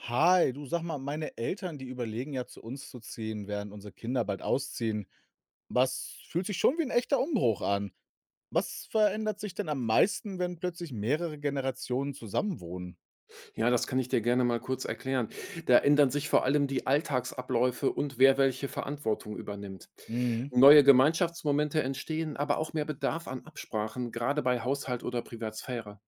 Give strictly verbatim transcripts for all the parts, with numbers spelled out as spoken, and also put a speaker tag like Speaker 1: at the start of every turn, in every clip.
Speaker 1: Hi, du sag mal, meine Eltern, die überlegen ja zu uns zu ziehen, während unsere Kinder bald ausziehen. Was fühlt sich schon wie ein echter Umbruch an? Was verändert sich denn am meisten, wenn plötzlich mehrere Generationen zusammenwohnen?
Speaker 2: Ja, das kann ich dir gerne mal kurz erklären. Da ändern sich vor allem die Alltagsabläufe und wer welche Verantwortung übernimmt.
Speaker 1: Mhm.
Speaker 2: Neue Gemeinschaftsmomente entstehen, aber auch mehr Bedarf an Absprachen, gerade bei Haushalt oder Privatsphäre.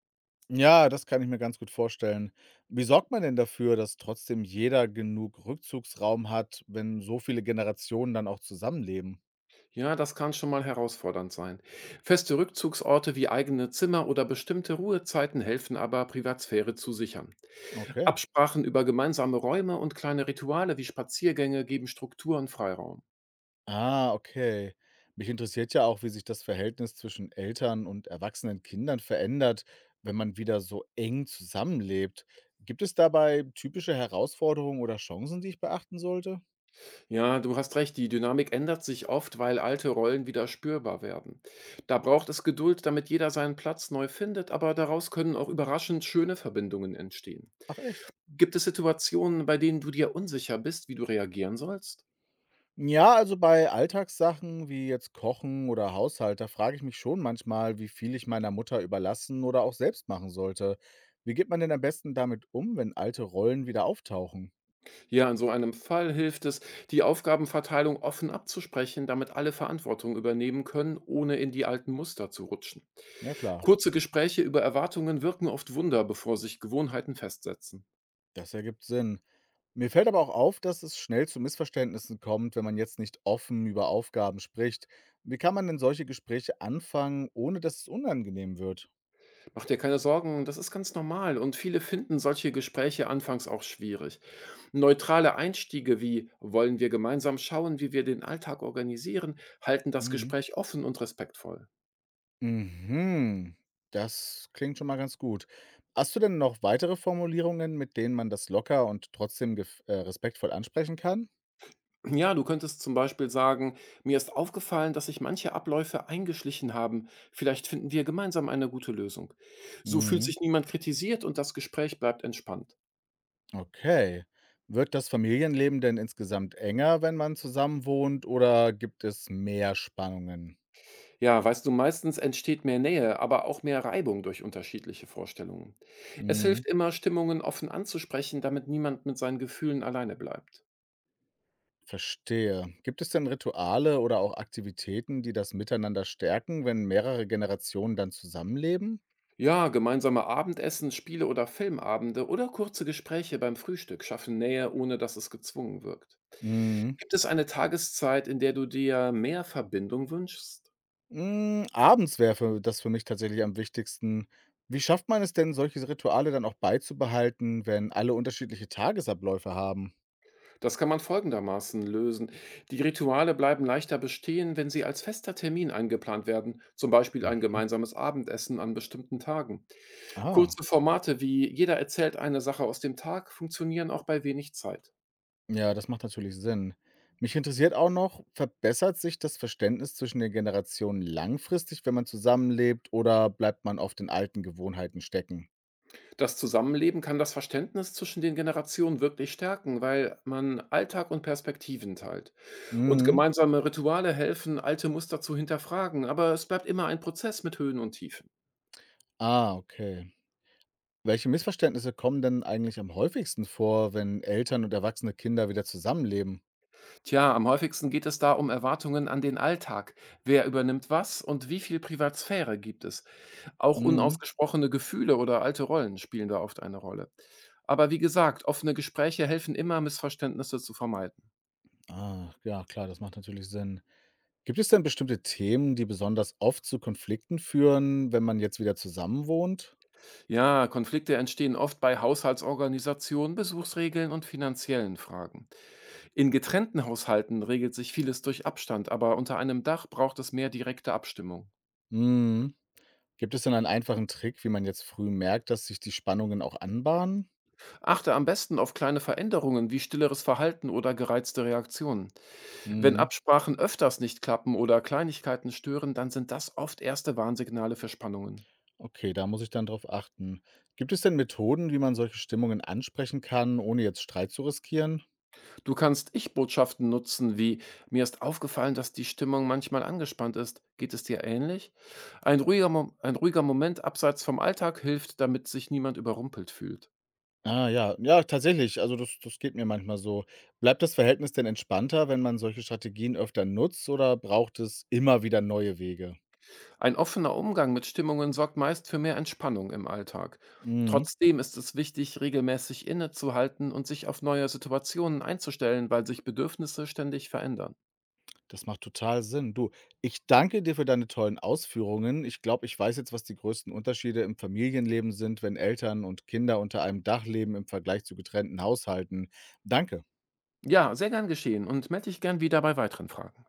Speaker 1: Ja, das kann ich mir ganz gut vorstellen. Wie sorgt man denn dafür, dass trotzdem jeder genug Rückzugsraum hat, wenn so viele Generationen dann auch zusammenleben?
Speaker 2: Ja, das kann schon mal herausfordernd sein. Feste Rückzugsorte wie eigene Zimmer oder bestimmte Ruhezeiten helfen aber, Privatsphäre zu sichern.
Speaker 1: Okay.
Speaker 2: Absprachen über gemeinsame Räume und kleine Rituale wie Spaziergänge geben Struktur und Freiraum.
Speaker 1: Ah, okay. Mich interessiert ja auch, wie sich das Verhältnis zwischen Eltern und erwachsenen Kindern verändert, wenn man wieder so eng zusammenlebt. Gibt es dabei typische Herausforderungen oder Chancen, die ich beachten sollte?
Speaker 2: Ja, du hast recht, die Dynamik ändert sich oft, weil alte Rollen wieder spürbar werden. Da braucht es Geduld, damit jeder seinen Platz neu findet, aber daraus können auch überraschend schöne Verbindungen entstehen.
Speaker 1: Ach echt?
Speaker 2: Gibt es Situationen, bei denen du dir unsicher bist, wie du reagieren sollst?
Speaker 1: Ja, also bei Alltagssachen wie jetzt Kochen oder Haushalt, da frage ich mich schon manchmal, wie viel ich meiner Mutter überlassen oder auch selbst machen sollte. Wie geht man denn am besten damit um, wenn alte Rollen wieder auftauchen?
Speaker 2: Ja, in so einem Fall hilft es, die Aufgabenverteilung offen abzusprechen, damit alle Verantwortung übernehmen können, ohne in die alten Muster zu rutschen.
Speaker 1: Ja klar.
Speaker 2: Kurze Gespräche über Erwartungen wirken oft Wunder, bevor sich Gewohnheiten festsetzen.
Speaker 1: Das ergibt Sinn. Mir fällt aber auch auf, dass es schnell zu Missverständnissen kommt, wenn man jetzt nicht offen über Aufgaben spricht. Wie kann man denn solche Gespräche anfangen, ohne dass es unangenehm wird?
Speaker 2: Mach dir keine Sorgen, das ist ganz normal und viele finden solche Gespräche anfangs auch schwierig. Neutrale Einstiege wie wollen wir gemeinsam schauen, wie wir den Alltag organisieren, halten das
Speaker 1: Mhm.
Speaker 2: Gespräch offen und respektvoll.
Speaker 1: Mhm. Das klingt schon mal ganz gut. Hast du denn noch weitere Formulierungen, mit denen man das locker und trotzdem gef- äh, respektvoll ansprechen kann?
Speaker 2: Ja, du könntest zum Beispiel sagen, mir ist aufgefallen, dass sich manche Abläufe eingeschlichen haben, vielleicht finden wir gemeinsam eine gute Lösung. So fühlt
Speaker 1: Mhm.
Speaker 2: sich niemand kritisiert und das Gespräch bleibt entspannt.
Speaker 1: Okay. Wird das Familienleben denn insgesamt enger, wenn man zusammen wohnt, oder gibt es mehr Spannungen?
Speaker 2: Ja, weißt du, meistens entsteht mehr Nähe, aber auch mehr Reibung durch unterschiedliche Vorstellungen. Es hilft
Speaker 1: Mhm.
Speaker 2: immer, Stimmungen offen anzusprechen, damit niemand mit seinen Gefühlen alleine bleibt.
Speaker 1: Verstehe. Gibt es denn Rituale oder auch Aktivitäten, die das Miteinander stärken, wenn mehrere Generationen dann zusammenleben?
Speaker 2: Ja, gemeinsame Abendessen, Spiele oder Filmabende oder kurze Gespräche beim Frühstück schaffen Nähe, ohne dass es gezwungen wirkt.
Speaker 1: Mhm.
Speaker 2: Gibt es eine Tageszeit, in der du dir mehr Verbindung wünschst?
Speaker 1: Hm, abends wäre für das für mich tatsächlich am wichtigsten. Wie schafft man es denn, solche Rituale dann auch beizubehalten, wenn alle unterschiedliche Tagesabläufe haben?
Speaker 2: Das kann man folgendermaßen lösen. Die Rituale bleiben leichter bestehen, wenn sie als fester Termin eingeplant werden, zum Beispiel ein
Speaker 1: Mhm.
Speaker 2: gemeinsames Abendessen an bestimmten Tagen.
Speaker 1: Ah,
Speaker 2: Kurze Formate wie „Jeder erzählt eine Sache aus dem Tag“ funktionieren auch bei wenig Zeit.
Speaker 1: ja, das macht natürlich Sinn. Mich interessiert auch noch, verbessert sich das Verständnis zwischen den Generationen langfristig, wenn man zusammenlebt, oder bleibt man auf den alten Gewohnheiten stecken?
Speaker 2: Das Zusammenleben kann das Verständnis zwischen den Generationen wirklich stärken, weil man Alltag und Perspektiven teilt. Und
Speaker 1: Mhm.
Speaker 2: gemeinsame Rituale helfen, alte Muster zu hinterfragen, aber es bleibt immer ein Prozess mit Höhen und Tiefen.
Speaker 1: Ah, okay. Welche Missverständnisse kommen denn eigentlich am häufigsten vor, wenn Eltern und erwachsene Kinder wieder zusammenleben?
Speaker 2: Tja, am häufigsten geht es da um Erwartungen an den Alltag. Wer übernimmt was und wie viel Privatsphäre gibt es? Auch
Speaker 1: Mhm.
Speaker 2: unausgesprochene Gefühle oder alte Rollen spielen da oft eine Rolle. Aber wie gesagt, offene Gespräche helfen immer, Missverständnisse zu vermeiden.
Speaker 1: Ah, ja, klar, das macht natürlich Sinn. Gibt es denn bestimmte Themen, die besonders oft zu Konflikten führen, wenn man jetzt wieder zusammenwohnt?
Speaker 2: Ja, Konflikte entstehen oft bei Haushaltsorganisationen, Besuchsregeln und finanziellen Fragen. In getrennten Haushalten regelt sich vieles durch Abstand, aber unter einem Dach braucht es mehr direkte Abstimmung.
Speaker 1: Mhm. Gibt es denn einen einfachen Trick, wie man jetzt früh merkt, dass sich die Spannungen auch anbahnen?
Speaker 2: Achte am besten auf kleine Veränderungen wie stilleres Verhalten oder gereizte Reaktionen. Wenn
Speaker 1: Mhm.
Speaker 2: Absprachen öfters nicht klappen oder Kleinigkeiten stören, dann sind das oft erste Warnsignale für Spannungen.
Speaker 1: Okay, da muss ich dann drauf achten. Gibt es denn Methoden, wie man solche Stimmungen ansprechen kann, ohne jetzt Streit zu riskieren?
Speaker 2: Du kannst Ich-Botschaften nutzen wie „Mir ist aufgefallen, dass die Stimmung manchmal angespannt ist. Geht es dir ähnlich?“ Ein ruhiger Mo ein ruhiger Moment abseits vom Alltag hilft, damit sich niemand überrumpelt fühlt.
Speaker 1: Ah ja, ja, tatsächlich. Also das das geht mir manchmal so. Bleibt das Verhältnis denn entspannter, wenn man solche Strategien öfter nutzt oder braucht es immer wieder neue Wege?
Speaker 2: Ein offener Umgang mit Stimmungen sorgt meist für mehr Entspannung im Alltag.
Speaker 1: Mhm,
Speaker 2: Trotzdem ist es wichtig, regelmäßig innezuhalten und sich auf neue Situationen einzustellen, weil sich Bedürfnisse ständig verändern.
Speaker 1: das macht total Sinn. Du, ich danke dir für deine tollen Ausführungen. Ich glaube, ich weiß jetzt, was die größten Unterschiede im Familienleben sind, wenn Eltern und Kinder unter einem Dach leben im Vergleich zu getrennten Haushalten. Danke.
Speaker 2: Ja, sehr gern geschehen und melde dich gern wieder bei weiteren Fragen.